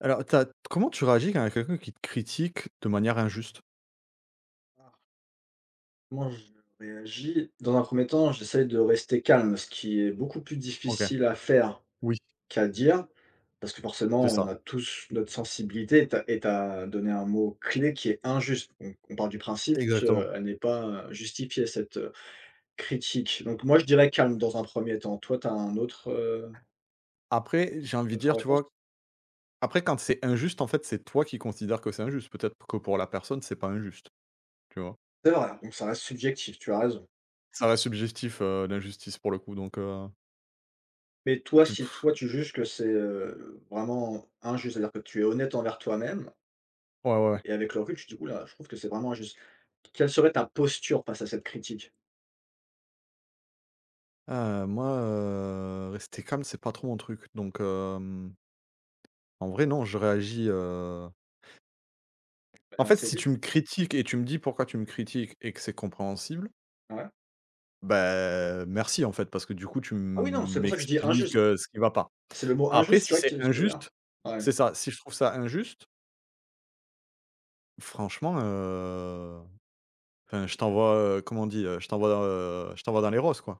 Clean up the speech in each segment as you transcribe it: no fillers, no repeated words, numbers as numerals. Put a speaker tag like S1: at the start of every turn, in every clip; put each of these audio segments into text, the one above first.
S1: Alors, tu comment tu réagis quand il y a quelqu'un qui te critique de manière injuste?
S2: Comment je réagis? Dans un premier temps, j'essaye de rester calme, ce qui est beaucoup plus
S1: OK,
S2: difficile à faire
S1: oui,
S2: qu'à dire, parce que
S1: c'est
S2: forcément, on
S1: ça.
S2: a tous notre sensibilité et tu as et tu donné un mot clé qui est injuste. On part du principe
S1: Exactement.
S2: qu'elle n'est pas justifiée, cette, critique. Donc moi, je dirais calme dans un premier temps. Toi, tu as
S1: Après, j'ai
S2: une
S1: envie de
S2: autre
S1: dire, tu
S2: réponse?
S1: vois? Après, quand c'est injuste, en fait, c'est toi qui considères que c'est injuste. Peut-être que pour la personne, c'est pas injuste, tu vois?
S2: C'est vrai, donc ça reste subjectif, tu as raison.
S1: Ça reste subjectif, l'injustice pour le coup, donc
S2: Mais toi,
S1: t
S2: si toi, tu juges que c'est, vraiment injuste, c'est-à-dire que tu es honnête envers toi-même.
S1: ouais, ouais, ouais.
S2: Et avec le recul, tu te dis: «Ouh là, je trouve que c'est vraiment injuste». Quelle serait ta posture face à cette critique?
S1: Rester calme, c'est pas trop mon truc, en vrai, non, je réagis,
S2: Tu vas
S1: en fait,
S2: dénoncer
S1: si
S2: vite?
S1: tu me critiques et tu me dis pourquoi tu me critiques et que c'est compréhensible.
S2: Hein? Ouais.
S1: Bah, merci en fait, parce que du coup tu
S2: Ah oui, non, c'est pour ça que je dis injuste.
S1: m'expliques, ce qui va pas.
S2: C'est le mot
S1: Après,
S2: injuste, tu
S1: si
S2: vois,
S1: c'est
S2: qui est ouais.
S1: injuste, c'est ça, si je trouve ça injuste, franchement, heu, enfin je t'envoie, comment on dit? Je t'envoie dans les roses quoi.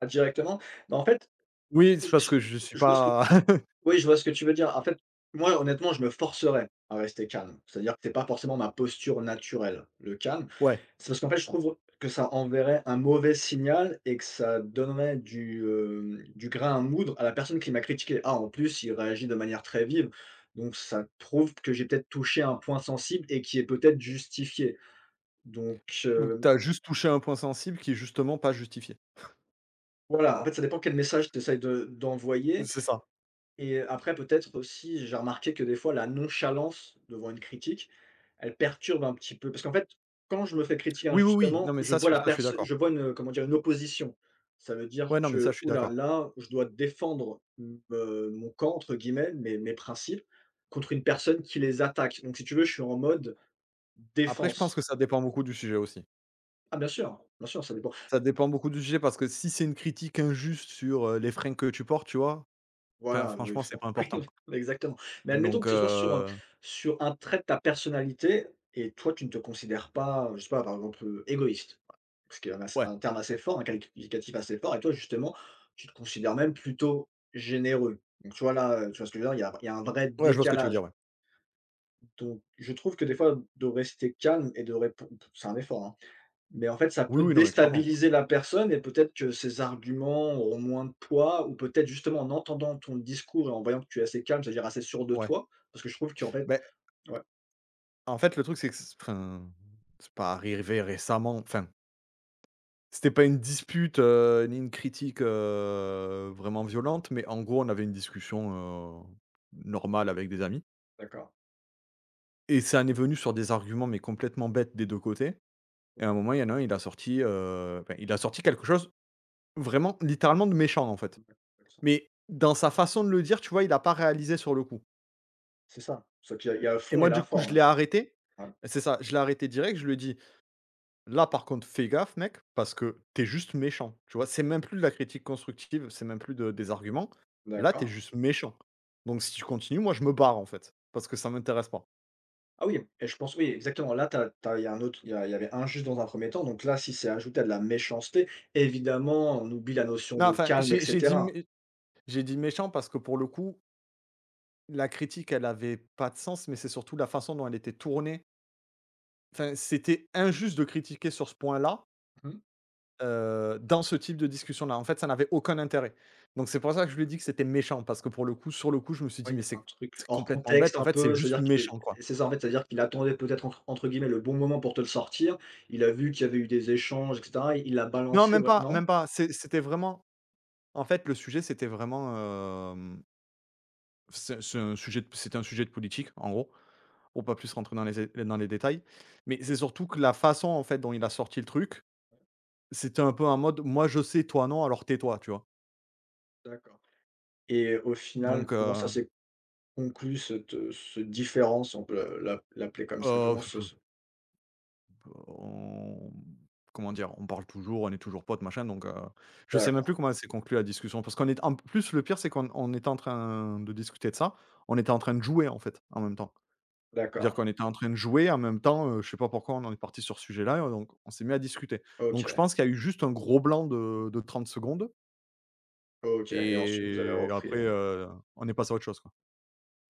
S2: Ah, directement? Bah, en fait,
S1: Oui, c'est
S2: je
S1: parce
S2: je
S1: que je suis
S2: je vois ce que
S1: pas
S2: oui, je vois ce que tu veux dire. En fait, moi, honnêtement, je me forcerais à rester calme. C'est-à-dire que c'est pas forcément ma posture naturelle, le calme.
S1: ouais,
S2: C'est parce qu'en fait, je trouve que ça enverrait un mauvais signal et que ça donnerait du grain à moudre à la personne qui m'a critiqué. Ah, en plus, il réagit de manière très vive, donc ça prouve que j'ai peut-être touché un point sensible et qui est peut-être justifié. Donc,
S1: ou que tu juste touché un point sensible qui est justement pas justifié.
S2: voilà, en fait, ça dépend quel message tu essaies de d'envoyer
S1: C'est ça.
S2: Et après, peut-être aussi, j'ai remarqué que des fois, la nonchalance devant une critique, elle perturbe un petit peu. Parce qu'en fait, quand je me fais critiquer
S1: Oui, oui, oui, non
S2: injustement,
S1: mais
S2: je
S1: ça c'est
S2: vois
S1: ça
S2: la
S1: je suis
S2: personne,
S1: d'accord.
S2: je vois une, comment dire, une opposition. Ça veut dire
S1: Ouais, non mais ça
S2: que,
S1: je suis
S2: oulala là
S1: d'accord.
S2: là, je dois défendre mon camp, entre guillemets, mes, mes principes, contre une personne qui les attaque. Donc, si tu veux, je suis en mode
S1: Après je pense
S2: défense.
S1: que ça dépend beaucoup du sujet aussi.
S2: Ah, bien sûr, ça dépend.
S1: Ça dépend beaucoup du sujet parce que si c'est une critique injuste sur, les fringues que tu portes, tu vois? Enfin,
S2: Voilà, oui,
S1: franchement,
S2: ça
S1: c'est pas important.
S2: oui, exactement. Mais admettons
S1: Donc
S2: que ce soit sur un
S1: heu,
S2: sur un trait de ta personnalité et toi, tu ne te considères pas, je sais pas, par exemple, égoïste. Voilà, parce qu'il y en a c'est
S1: ouais.
S2: un terme assez fort, un qualificatif assez fort et toi, justement, tu te considères même plutôt généreux. Donc tu vois, là, tu vois ce que je veux dire? Il y a un vrai
S1: Ouais, je vois ce que tu veux dire,
S2: décalage.
S1: ouais.
S2: Donc je trouve que des fois, de rester calme et de répondre, c'est un effort, hein. Mais en fait, ça
S1: Oui,
S2: peut
S1: oui, non, mais clairement.
S2: déstabiliser la personne et peut-être que ses arguments auront moins de poids ou peut-être justement en entendant ton discours et en voyant que tu es assez calme, c'est-à-dire assez sûr de
S1: Ouais.
S2: toi, parce que je trouve qu'en fait
S1: Beh,
S2: ouais.
S1: en fait, le truc, c'est que c'est pas arrivé récemment, enfin, c'était pas une dispute, ni une critique, vraiment violente, mais en gros, on avait une discussion, normale avec des amis
S2: D'accord.
S1: et ça en est venu sur des arguments, mais complètement bêtes des 2 côtés. Et à un moment, il y en a un, il a sorti, il a sorti quelque chose vraiment littéralement de méchant, en fait.
S2: Ouais, ouais, ça.
S1: Mais dans sa façon de le dire, tu vois, il a pas réalisé sur le coup.
S2: C'est ça, c'est qu'il y a le
S1: Et
S2: fond et
S1: moi,
S2: la
S1: du coup, je
S2: forme, hein.
S1: l'ai arrêté. C'est ça, je l'ai arrêté direct, je lui ai dit: «Là, par contre, fais gaffe mec, parce que t'es juste méchant». Tu vois? C'est même plus de la critique constructive, c'est même plus de des arguments.
S2: Ouais,
S1: Là, t'es
S2: d'accord.
S1: juste méchant. Donc si tu continues, moi, je me barre en fait, parce que ça m'intéresse pas.
S2: Ah oui et je pense oui, exactement. Là, t'as t'as il y a un autre il y avait injuste dans un premier temps, donc là, si c'est ajouté à de la méchanceté, évidemment, on oublie la notion
S1: Non,
S2: de
S1: enfin,
S2: calme et
S1: j'ai j'ai dit
S2: cetera.
S1: mé j'ai dit méchant parce que pour le coup, la critique, elle avait pas de sens, mais c'est surtout la façon dont elle était tournée. Enfin, c'était injuste de critiquer sur ce point-là,
S2: Mmh.
S1: Dans ce type de discussion-là. En fait, ça n'avait aucun intérêt. Donc c'est pour ça que je lui ai dit que c'était méchant parce que pour le coup, sur le coup, je me suis
S2: Oui,
S1: dit:
S2: il y
S1: «Mais
S2: avait un
S1: c'est
S2: truc
S1: c'est
S2: hors
S1: complètement bête,
S2: contexte
S1: en
S2: un
S1: fait, c'est
S2: peu,
S1: juste
S2: c'est-à-dire que
S1: méchant, quoi».
S2: c'est ça, en fait, c'est-à-dire qu'il attendait peut-être entre guillemets «le bon moment» pour te le sortir. Il a vu qu'il y avait eu des échanges et cetera, il l'a
S1: Non,
S2: balancé,
S1: même
S2: voi
S1: pas,
S2: non?
S1: même pas. C'était vraiment, en fait, le sujet, c'était vraiment, hem, c'est un sujet de c'était un sujet de politique, en gros, pour pas plus rentrer dans les détails. Mais c'est surtout que la façon, en fait, dont il a sorti le truc, c'était un peu en mode: «Moi, je sais, toi, non, alors tais-toi», tu vois?
S2: D'accord et au final,
S1: Donc
S2: comment ça s'est conclu cette, différence, on peut la la l'appeler comme ça?
S1: heu
S2: Comment ce ce
S1: On comment dire? On parle toujours, on est toujours potes, machin, je sais
S2: D'accord,
S1: même plus comment s'est conclue la discussion parce qu'on est en plus le pire, c'est qu'on on était en train de discuter de ça, on était en train de jouer, en fait, en même temps. C'est-à-dire
S2: d'accord.
S1: qu'on était en train de jouer en même temps, je sais pas pourquoi on en est parti sur ce sujet-là, donc on s'est mis à discuter. Donc je
S2: OK,
S1: pense qu'il y a eu juste un gros blanc de 30 secondes
S2: OK, et ensuite vous avez
S1: et
S2: repris?
S1: après, on est passé à autre chose, quoi.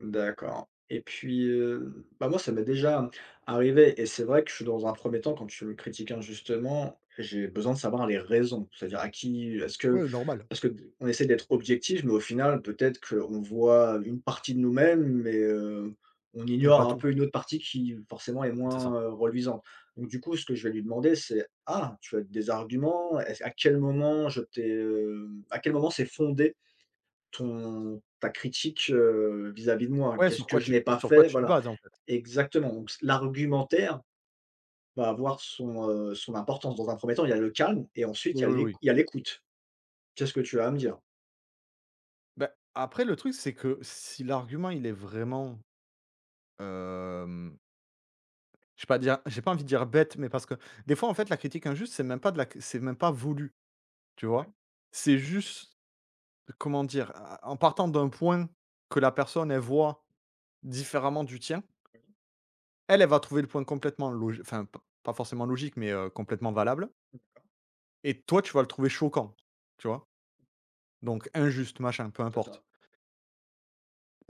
S2: D'accord et puis, bah, moi ça m'est déjà arrivé et c'est vrai que je suis dans un premier temps quand tu me critiques injustement, j'ai besoin de savoir les raisons. C'est-à-dire à qui est-ce que
S1: Ouais, normal.
S2: parce que on essaie d'être objectif, mais au final peut-être qu'on voit une partie de nous-mêmes, mais, on
S1: Et
S2: ignore
S1: pas
S2: un
S1: tout.
S2: peu une autre partie qui forcément est
S1: C'est ça.
S2: moins, reluisante. Donc du coup, ce que je vais lui demander, c'est: «Ah, tu as des arguments? Est-ce à quel moment je t'ai, à quel moment c'est fondé?» Ton ta critique, vis-à-vis de moi.
S1: Ouais,
S2: Qu'est-ce que je n'ai pas
S1: sur quoi
S2: fait?
S1: tu te
S2: Voilà,
S1: bases, en fait.
S2: exactement. Donc c l'argumentaire va avoir son importance. Dans un premier temps, il y a le calme et ensuite il
S1: Oui,
S2: y a
S1: oui,
S2: l'éc
S1: oui.
S2: il y a l'écoute. «Qu'est-ce que tu as à me dire?»
S1: Bah, après le truc, c'est que si l'argument il est vraiment, hem, je pas dire j'ai pas envie de dire bête, mais parce que des fois, en fait, la critique injuste, c'est même pas voulu, tu
S2: Ouais,
S1: vois? C'est juste, comment dire? A en partant d'un point que la personne, elle voit différemment du tien, elle, elle va trouver le point complètement logi enfin, p pas forcément logique, mais complètement valable et toi, tu vas le trouver choquant, tu vois? Donc injuste, machin, peu
S2: c'est ça.
S1: importe.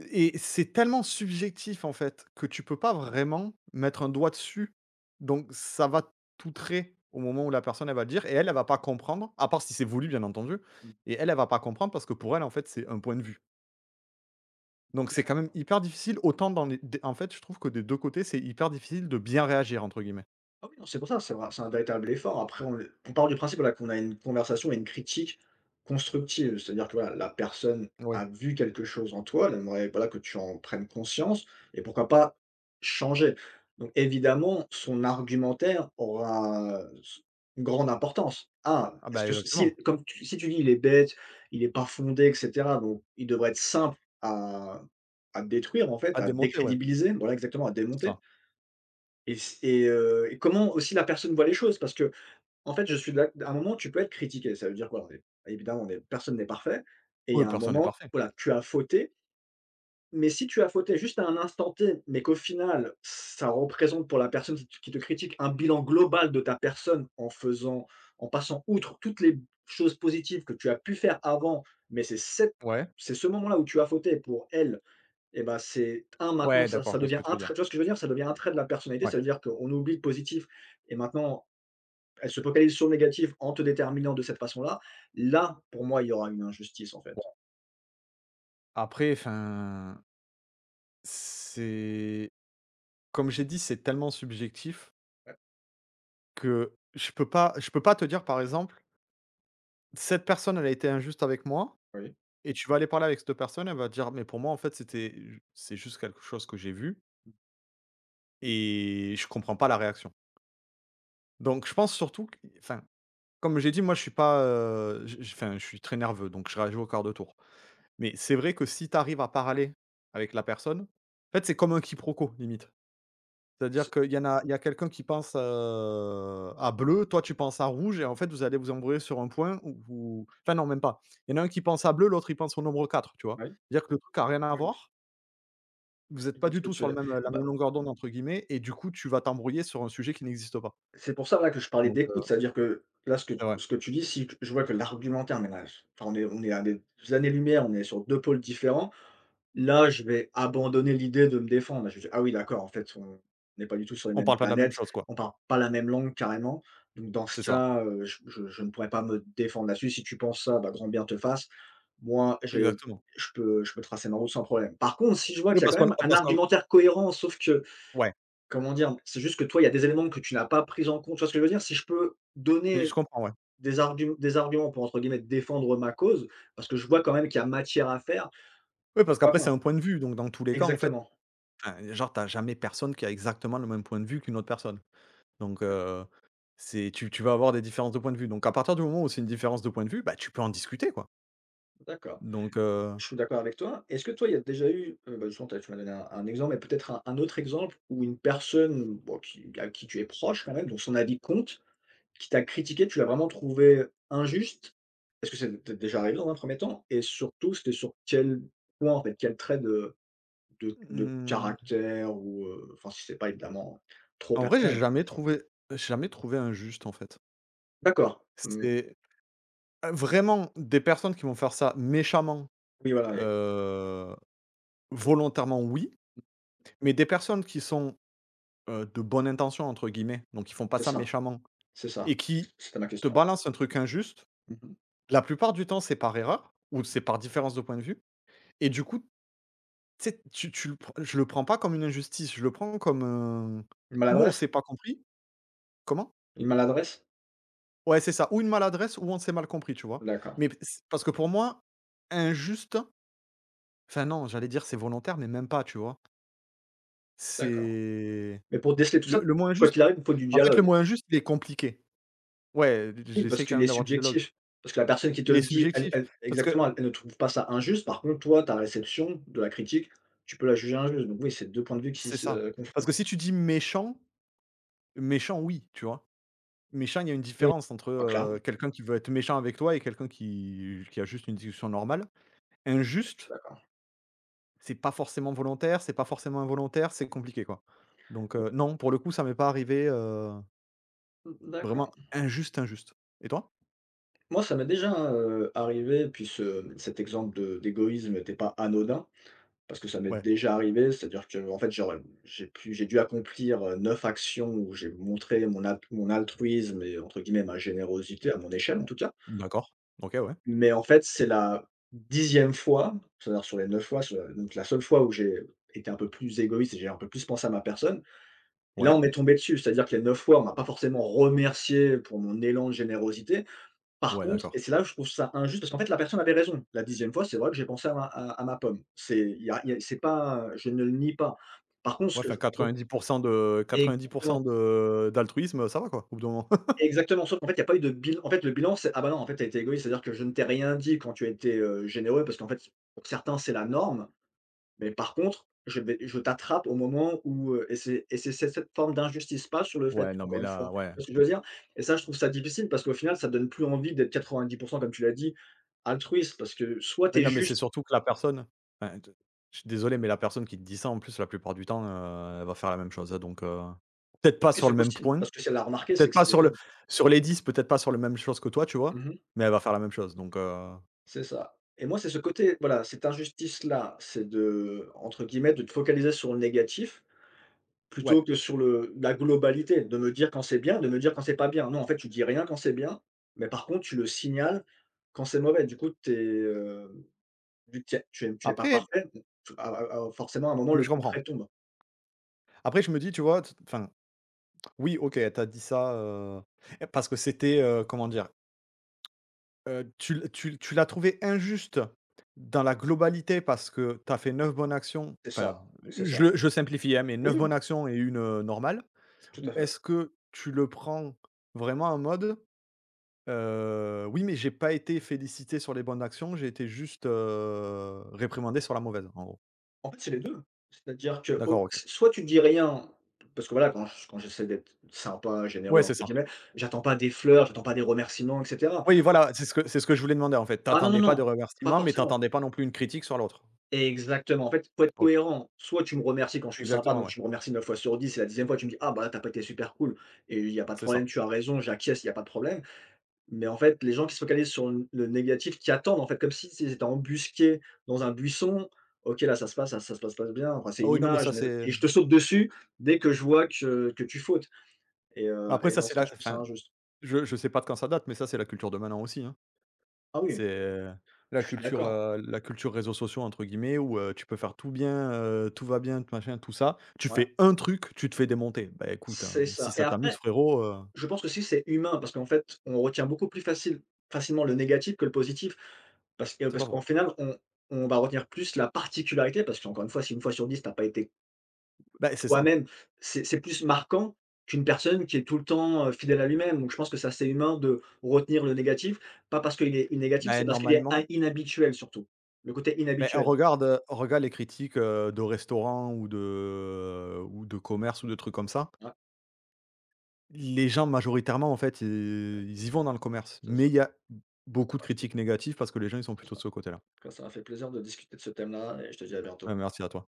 S1: Et c'est tellement subjectif, en fait, que tu peux pas vraiment mettre un doigt dessus. Donc ça va t'outrer au moment où la personne, elle va le dire et elle, elle va pas comprendre, à part si c'est voulu, bien entendu, et elle, elle va pas comprendre parce que pour elle, en fait, c'est un point de vue. Donc c'est quand même hyper difficile, autant dans les des en fait, je trouve que des 2 côtés, c'est hyper difficile de «bien réagir» entre guillemets.
S2: Ah oui, non, c'est pour ça, c'est vrai, c'est un véritable effort. Après, on part du principe, voilà, qu'on a une conversation et une critique constructive. C'est-à-dire que, voilà, la personne
S1: Oui.
S2: a vu quelque chose en toi, elle aimerait, voilà, que tu en prennes conscience et pourquoi pas changer. Donc évidemment, son argumentaire aura s une grande importance. Ah,
S1: Ah
S2: est-ce
S1: bah,
S2: que
S1: exactement.
S2: si tu dis: «Il est bête, il n'est pas fondé» et cetera, donc il devrait être simple à détruire, en fait,
S1: À
S2: à
S1: démonter, ouais,
S2: décrédibiliser, voilà, exactement, à
S1: c'est
S2: démonter.
S1: ça.
S2: Et c et comment aussi la personne voit les choses? Parce que en fait, je suis d'ac à un moment, tu peux être critiqué. Ça veut dire quoi? On est évidemment, on est Personne n'est parfait et il y
S1: Oui,
S2: a un
S1: personne n'est
S2: moment,
S1: parfait.
S2: voilà, tu as fauté, mais si tu as fauté juste à un instant T, mais qu'au final, ça représente pour la personne qui te critique un bilan global de ta personne en faisant en passant outre toutes les choses positives que tu as pu faire avant, mais
S1: Ouais.
S2: c'est ce moment-là où tu as fauté pour elle et bah, c'est un maintenant
S1: Ouais,
S2: ça
S1: d'accord,
S2: ça
S1: je vois ce
S2: devient
S1: que tu
S2: un
S1: veux dire.
S2: trait tu vois ce que je veux dire? Ça devient un trait de la personnalité,
S1: Ouais.
S2: ça veut dire qu'on oublie le positif et maintenant elle se focalise sur le négatif en te déterminant de cette façon-là. Là, pour moi, il y aura une injustice en fait.
S1: Bon, après, enfin, c'est... Comme j'ai dit, c'est tellement subjectif
S2: Ouais.
S1: que je peux pas te dire, par exemple: «Cette personne, elle a été injuste avec moi»
S2: Oui.
S1: et tu vas aller parler avec cette personne, elle va te dire: «Mais pour moi, en fait, c'est juste quelque chose que j'ai vu et je comprends pas la réaction». Donc je pense surtout q enfin, comme j'ai dit, moi, je suis pas, j j enfin, je suis très nerveux, donc je réagis au quart de tour. Mais c'est vrai que si tu arrives à parler avec la personne, en fait, c'est comme un quiproquo, limite. C'est-à-dire
S2: C'est
S1: qu'il y en a il y a quelqu'un qui pense, à bleu, toi tu penses à rouge et en fait vous allez vous embrouiller sur un point où vous enfin non même pas. Il y en a un qui pense à bleu, l'autre il pense au nombre 4. Tu vois?
S2: oui,
S1: C'est-à-dire que le truc a rien à
S2: oui, je
S1: voir, vous êtes
S2: je
S1: pas
S2: vois ce
S1: du
S2: que
S1: tout
S2: tu
S1: sur
S2: veux
S1: la
S2: dire.
S1: même longueur d'onde entre guillemets et du coup tu vas t'embrouiller sur un sujet qui n'existe pas.
S2: C'est pour ça, là, que je parlais
S1: Donc
S2: d'écoute,
S1: heu,
S2: c'est-à-dire que, là, ce que
S1: c'est vrai.
S2: ce que tu dis, si je vois que l'argumentaire, mais là, enfin, on est à des années-lumière, on est sur 2 pôles différents. Là, je vais abandonner l'idée de me défendre. Là, je vais dire: «Ah oui, d'accord, en fait, on n'est pas du tout sur les
S1: On
S2: mêmes
S1: parle pas de la même
S2: planètes,
S1: chose quoi.
S2: on parle pas la même langue carrément». Donc dans ce
S1: C'est ça,
S2: cas, je ne pourrais pas me défendre là-dessus. Si tu penses ça, bah, grand bien te fasse. Moi, j'ai
S1: exactement.
S2: je peux tracer ma route sans problème. Par contre, si je vois
S1: Oui
S2: qu'il y a quand même un
S1: parce qu'on
S2: argumentaire cohérent, sauf que
S1: Ouais,
S2: comment dire? C'est juste que toi, il y a des éléments que tu n'as pas pris en compte. Tu vois ce que je veux dire? Si je peux
S1: mais
S2: donner
S1: je comprends, ouais.
S2: des arguments pour, entre guillemets, «défendre ma cause», parce que je vois quand même qu'il y a matière à faire,
S1: Oui parce
S2: pourquoi
S1: qu'après
S2: pas?
S1: c'est un point de vue donc dans tous les cas en fait,
S2: Exactement.
S1: enfin genre t'as jamais personne qui a exactement le même point de vue qu'une autre personne. Donc,
S2: Ouais,
S1: c'est tu tu vas avoir des différences de point de vue. Donc à partir du moment où c'est une différence de point de vue, bah, tu peux en discuter, quoi.
S2: d'accord.
S1: Donc, heu,
S2: Je suis d'accord avec toi. Est-ce que toi, il y a déjà eu, bah, justement, tu m'as donné un exemple, mais peut-être un autre exemple où une personne, bon, qui à qui tu es proche quand même, dont son avis compte, qui t'a critiqué, tu l'as vraiment trouvé injuste? Est-ce que c'est t'est déjà arrivé dans un premier temps? Et surtout, c'était sur quel point, en fait, quel trait de
S1: mmh,
S2: caractère ou, enfin, si c'est pas évidemment trop
S1: en vrai,
S2: personnel.
S1: j'ai jamais trouvé injuste, en fait.
S2: D'accord. Mmh.
S1: C'est vraiment des personnes qui vont faire ça méchamment,
S2: Oui, voilà, oui,
S1: heu, volontairement, oui, mais des personnes qui sont, «de bonne intention» entre guillemets, donc ils font pas
S2: c'est
S1: ça
S2: ça,
S1: méchamment
S2: c'est ça.
S1: et qui
S2: C'était ma
S1: te
S2: question.
S1: balancent un truc injuste,
S2: Mmh.
S1: la plupart du temps, c'est par erreur ou c'est par différence de point de vue et du coup... Tu sais, tu tu le prends je le prends pas comme une injustice, je le prends comme un...
S2: Une
S1: ou on
S2: maladresse?
S1: s'est pas compris, comment?
S2: Une maladresse?
S1: Ouais, c'est ça, ou une maladresse ou on s'est mal compris, tu vois?
S2: D'accord,
S1: Mais p c parce que pour moi, injuste, enfin non, j'allais dire c'est volontaire, mais même pas, tu vois?
S2: d'accord.
S1: C'est
S2: Mais pour déceler tout ça,
S1: le mot
S2: quoi
S1: injuste
S2: qu'il arrive, il faut du
S1: en fait, le
S2: dialogue.
S1: mot injuste, il est compliqué. Ouais,
S2: Oui, parce
S1: j'essaie quand
S2: qu'il
S1: même
S2: est
S1: d'avoir du dialogue.
S2: subjectif. Parce que la personne qui te
S1: Il
S2: le
S1: est
S2: dit, elle
S1: subjectif
S2: elle
S1: parce que
S2: exactement, elle ne trouve pas ça injuste. Par contre, toi, ta réception de la critique, tu peux la juger injuste. Donc oui, c'est 2 points de vue qui
S1: c'est ça.
S2: se
S1: Parce que
S2: confrontent.
S1: si tu dis méchant, méchant oui, tu vois? Méchant, il y a une
S2: Oui.
S1: différence entre,
S2: Ah clairement,
S1: quelqu'un qui veut être méchant avec toi et quelqu'un qui a juste une discussion normale.
S2: je suis
S1: Injuste,
S2: d'accord.
S1: c'est pas forcément volontaire, c'est pas forcément involontaire, c'est compliqué, quoi.
S2: Bon,
S1: Non, pour le coup, ça m'est pas arrivé,
S2: mmh, d'accord.
S1: vraiment injuste, injuste. Et toi?
S2: Moi, ça m'est déjà, hein, arrivé, puis ce cet exemple de d'égoïsme n'était pas anodin, parce que ça m'est
S1: Ouais,
S2: déjà arrivé. C'est-à-dire que en fait, j'aurais j'ai pu j'ai dû accomplir, 9 actions où j'ai montré mon altruisme et entre guillemets «ma générosité» à mon échelle en tout cas.
S1: d'accord. OK, ouais.
S2: Mais en fait, c'est la 10e fois, c'est-à-dire sur les 9 fois, sur la donc la seule fois où j'ai été un peu plus égoïste et j'ai un peu plus pensé à ma personne, et là, on
S1: Ouais.
S2: m'est tombé dessus. C'est-à-dire que les 9 fois, on m'a pas forcément remercié pour mon élan de générosité, par
S1: Ouais,
S2: contre et
S1: d'accord.
S2: c'est là où je trouve ça injuste, parce qu'en fait, la personne avait raison. La dixième fois, c'est vrai que j'ai pensé à ma pomme. C'est il y a c'est pas, je ne le nie pas. Par contre, ce
S1: Ouais,
S2: que
S1: enfin
S2: je
S1: 90 de 90
S2: Exactement,
S1: de d'altruisme, ça va, quoi, au bout d'un moment?
S2: exactement, sauf qu'en fait, il y a pas eu de bilan. En fait, le bilan, c'est: «Ah bah non, en fait, tu été égoïste, c'est-à-dire que je ne t'ai rien dit quand tu as été, généreux», parce qu'en fait, pour certains, c'est la norme. Mais par contre, je t'attrape au moment où, et c'est cette forme d'injustice pas sur le fait,
S1: Ouais, non, mais
S2: encore une fois,
S1: là, ouais.
S2: tu vois ce que je veux dire? Et ça, je trouve ça difficile parce qu'au final, ça donne plus envie d'être 90 comme tu l'as dit, altruiste parce que soit tu
S1: Mais
S2: es
S1: non, mais c'est
S2: juste.
S1: surtout que la personne enfin, d je suis désolé, mais la personne qui te dit ça, en plus, la plupart du temps, elle va faire la même chose, hein, peut-être pas
S2: Et
S1: sur
S2: c'est
S1: le même
S2: possible
S1: point,
S2: parce que si elle l'a remarqué, c'est
S1: peut-être
S2: que
S1: pas
S2: c'est
S1: sur
S2: oui.
S1: le sur les 10 peut-être pas sur les même chose que toi, tu vois?
S2: Mmh mh,
S1: Mais elle va faire la même chose,
S2: c'est ça. Et moi, c'est ce côté, voilà, cette injustice-là, c'est de, entre guillemets, de te focaliser sur le négatif plutôt
S1: ouais.
S2: que sur le la globalité, de me dire quand c'est bien, de me dire quand c'est pas bien. Non, en fait, tu dis rien quand c'est bien, mais par contre, tu le signales quand c'est mauvais. Du coup, vu que tu n'es pas
S1: Après
S2: parfait, donc à forcément, à un moment,
S1: mais
S2: le
S1: je comprends.
S2: couperet tombe.
S1: Après, je me dis, tu vois, oui, OK, elle t'a dit ça, parce que c'était, comment dire? Tu l'as trouvé injuste dans la globalité parce que tu as fait 9 bonnes actions,
S2: C'est
S1: enfin,
S2: ça, c'est ça.
S1: je simplifie, hein, mais
S2: Oui,
S1: neuf
S2: oui,
S1: bonnes actions et une normale?
S2: tout
S1: Ou
S2: à fait.
S1: est-ce que tu le prends vraiment en mode, «Oui, mais j'ai pas été félicité sur les bonnes actions, j'ai été juste, réprimandé sur la mauvaise», en gros?
S2: En fait, c'est les deux. C'est-à-dire que
S1: D'accord,
S2: au
S1: OK.
S2: soit tu dis rien, parce que voilà, quand j'essaie d'être «sympa», «généreux»
S1: Ouais, c'est
S2: entre
S1: ça.
S2: guillemets, j'attends pas des fleurs, j'attends pas des remerciements et cetera.
S1: Oui, voilà, c'est ce que je voulais demander, en fait.
S2: Ah non, non,
S1: T'attendais pas de
S2: non, pas
S1: remerciements, mais
S2: forcément.
S1: t'attendais pas non plus une critique sur l'autre?
S2: Exactement. En fait, faut être
S1: OK,
S2: cohérent. Soit tu me remercies quand je suis sympa,
S1: exactement,
S2: donc
S1: ouais,
S2: tu me remercies 9 fois sur 10 et la dixième fois tu me dis: «Ah bah là, tu pas été super cool» et il y a pas de
S1: c'est ça.
S2: problème, tu as raison, j'acquiesce, il y a pas de problème. Mais en fait, les gens qui se focalisent sur le négatif, qui attendent en fait comme si c'était embusqué dans un buisson: «OK, là ça se passe, ça se passe pas bien», enfin c'est
S1: Ah
S2: une
S1: oui, non, mais
S2: image,
S1: ça,
S2: mais
S1: c'est
S2: et je te saute dessus dès que je vois que tu fautes et heu
S1: après...
S2: et
S1: ça,
S2: dans
S1: c'est
S2: ce cas,
S1: la
S2: je trouve ça
S1: enfin
S2: injuste.
S1: Je je sais pas de quand ça date, mais ça, c'est la culture de maintenant aussi, hein.
S2: Ah oui,
S1: C'est
S2: je suis d'accord.
S1: la culture réseaux sociaux entre guillemets où, tu peux faire tout bien, tout va bien, tout machin, tout ça. Tu
S2: Ouais,
S1: fais un truc, tu te fais démonter. Bah, écoute, hein,
S2: c'est
S1: si
S2: ça et
S1: ça t'amuse
S2: après
S1: frérot,
S2: je pense que si c'est humain parce qu'en fait, on retient beaucoup plus facilement le négatif que le positif
S1: c'est pas
S2: parce qu'en
S1: faux.
S2: final, on va retenir plus la particularité parce qu'encore une fois, si une fois sur 10 t'as pas été
S1: Bah, c'est ça.
S2: toi-même, c'est plus marquant qu'une personne qui est tout le temps, fidèle à lui-même. Donc je pense que c'est assez humain de retenir le négatif, pas parce qu'il est négatif,
S1: Bah,
S2: c'est parce qu'il est in
S1: normalement,
S2: inhabituel surtout. Le côté
S1: beh,
S2: inhabituel.
S1: regarde, regarde les critiques, de restaurants ou de commerce ou de trucs comme ça.
S2: Ouais,
S1: Les gens majoritairement en fait, i ils y vont dans le commerce,
S2: c'est
S1: mais
S2: ça.
S1: il y a beaucoup de
S2: En tout cas,
S1: critiques négatives parce que les gens ils sont
S2: c'est ça.
S1: plutôt
S2: En
S1: de ce côté-là.
S2: tout cas, ça m'a fait plaisir de discuter de ce thème-là et je te dis à bientôt.
S1: Ouais, merci à toi.